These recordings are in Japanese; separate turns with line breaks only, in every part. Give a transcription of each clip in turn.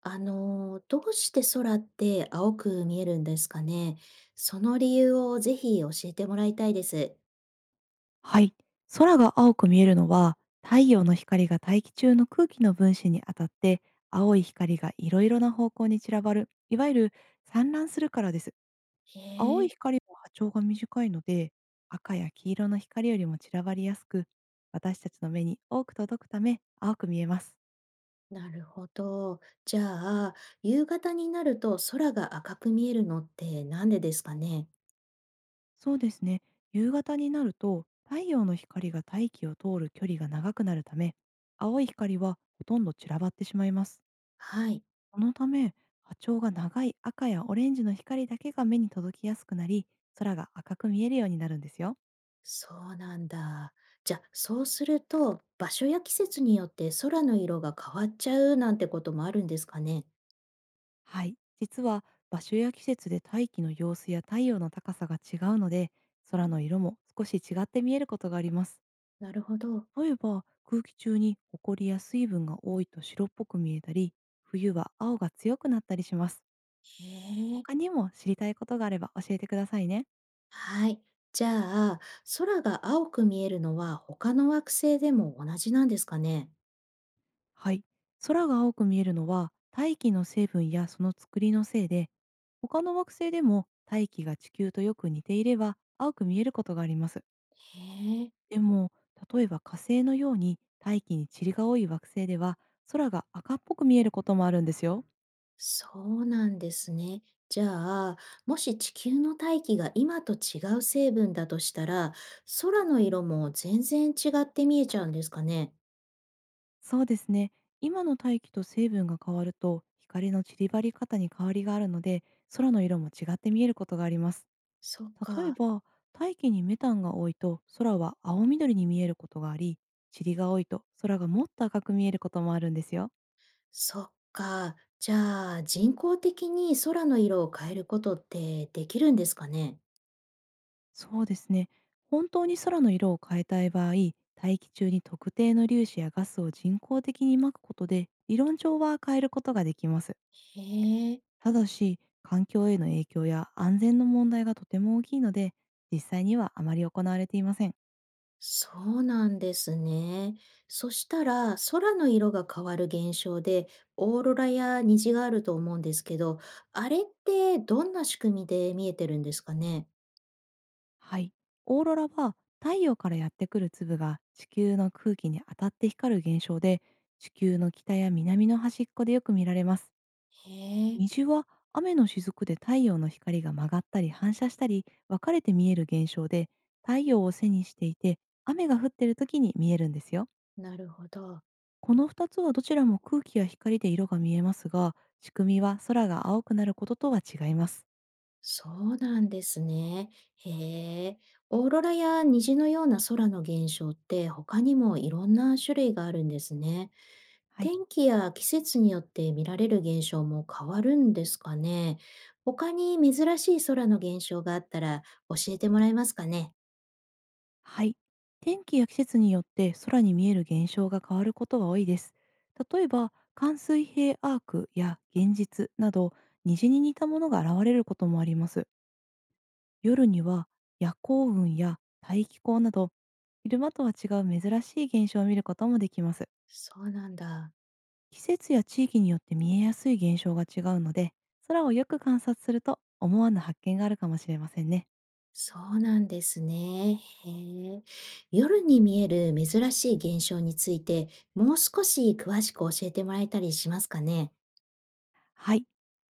どうして空って青く見えるんですかね。その理由をぜひ教えてもらいたいです。
はい。空が青く見えるのは、太陽の光が大気中の空気の分子に当たって、青い光がいろいろな方向に散らばる、いわゆる散乱するからです。
へ
青い
え、
光は波長が短いので、赤や黄色の光よりも散らばりやすく、私たちの目に多く届くため、青く見えます。
なるほど。じゃあ、夕方になると空が赤く見えるのってなんでですかね。
そうですね。夕方になると、太陽の光が大気を通る距離が長くなるため、青い光はほとんど散らばってしまいます。
はい、
そのため、波長が長い赤やオレンジの光だけが目に届きやすくなり、空が赤く見えるようになるんですよ。
そうなんだ。じゃあ、そうすると場所や季節によって空の色が変わっちゃうなんてこともあるんですかね。
はい。実は、場所や季節で大気の様子や太陽の高さが違うので、空の色も少し違って見えることがあります。
なるほど。
例えば、空気中に埃や水分が多いと白っぽく見えたり、冬は青が強くなったりします。
へえ。
他にも知りたいことがあれば教えてくださいね。
はい。じゃあ、空が青く見えるのは他の惑星でも同じなんですかね。
はい。空が青く見えるのは大気の成分やその作りのせいで、他の惑星でも大気が地球とよく似ていれば青く見えることがあります。
へえ、
でも、例えば火星のように大気に塵が多い惑星では空が赤っぽく見えることもあるんですよ。
そうなんですね。じゃあ、もし地球の大気が今と違う成分だとしたら、空の色も全然違って見えちゃうんですかね。
そうですね。今の大気と成分が変わると光の散りばり方に変わりがあるので、空の色も違って見えることがあります。
そっ
例え
か。
ば、大気にメタンが多いと空は青緑に見えることがあり、塵が多いと空がもっと赤く見えることもあるんですよ。
そっか。じゃあ、人工的に空の色を変えることってできるんですかね。
そうですね。本当に空の色を変えたい場合、大気中に特定の粒子やガスを人工的にまくことで理論上は変えることができます。
へえ。
ただし、環境への影響や安全の問題がとても大きいので、実際にはあまり行われていません。
そうなんですね。そしたら、空の色が変わる現象で、オーロラや虹があると思うんですけど、あれってどんな仕組みで見えてるんですかね。
はい。オーロラは太陽からやってくる粒が地球の空気に当たって光る現象で、地球の北や南の端っこでよく見られます。
へえ、
虹は雨の雫で太陽の光が曲がったり反射したり分かれて見える現象で、太陽を背にしていて雨が降っている時に見えるんですよ。
なるほど。
この2つはどちらも空気や光で色が見えますが、仕組みは空が青くなることとは違います。
そうなんですね。へえ、オーロラや虹のような空の現象って他にもいろんな種類があるんですね。
はい。
天気や季節によって見られる現象も変わるんですかね。他に珍しい空の現象があったら教えてもらえますかね。
はい。天気や季節によって空に見える現象が変わることは多いです。例えば、寒水平アークや現実など、虹に似たものが現れることもあります。夜には夜行雲や大気候など、昼間とは違う珍しい現象を見ることもできます。
そうなんだ。
季節や地域によって見えやすい現象が違うので、空をよく観察すると思わぬ発見があるかもしれませんね。
そうなんですね。へえ。夜に見える珍しい現象について、もう少し詳しく教えてもらえたりしますかね。
はい。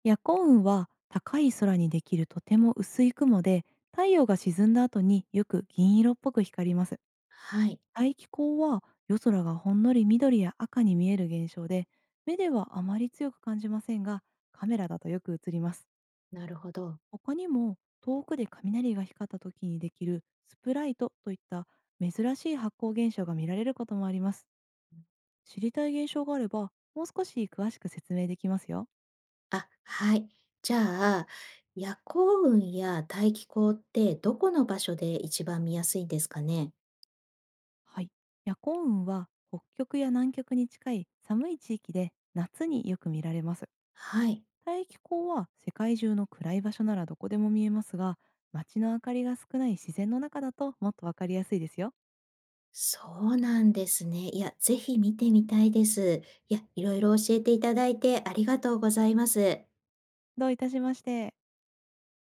夜行雲は高い空にできるとても薄い雲で、太陽が沈んだ後によく銀色っぽく光ります。
はい。
大気光は夜空がほんのり緑や赤に見える現象で、目ではあまり強く感じませんが、カメラだとよく映ります。
なるほど。
他にも遠くで雷が光った時にできるスプライトといった珍しい発光現象が見られることもあります。知りたい現象があれば、もう少し詳しく説明できますよ。
あ、はい。じゃあ、夜行雲や大気候ってどこの場所で一番見やすいんですかね。
はい。夜行雲は北極や南極に近い寒い地域で夏によく見られます。
はい。
大気候は世界中の暗い場所ならどこでも見えますが、街の明かりが少ない自然の中だともっとわかりやすいですよ。
そうなんですね。いや、ぜひ見てみたいです。いや、いろいろ教えていただいてありがとうございます。
どういたしまして。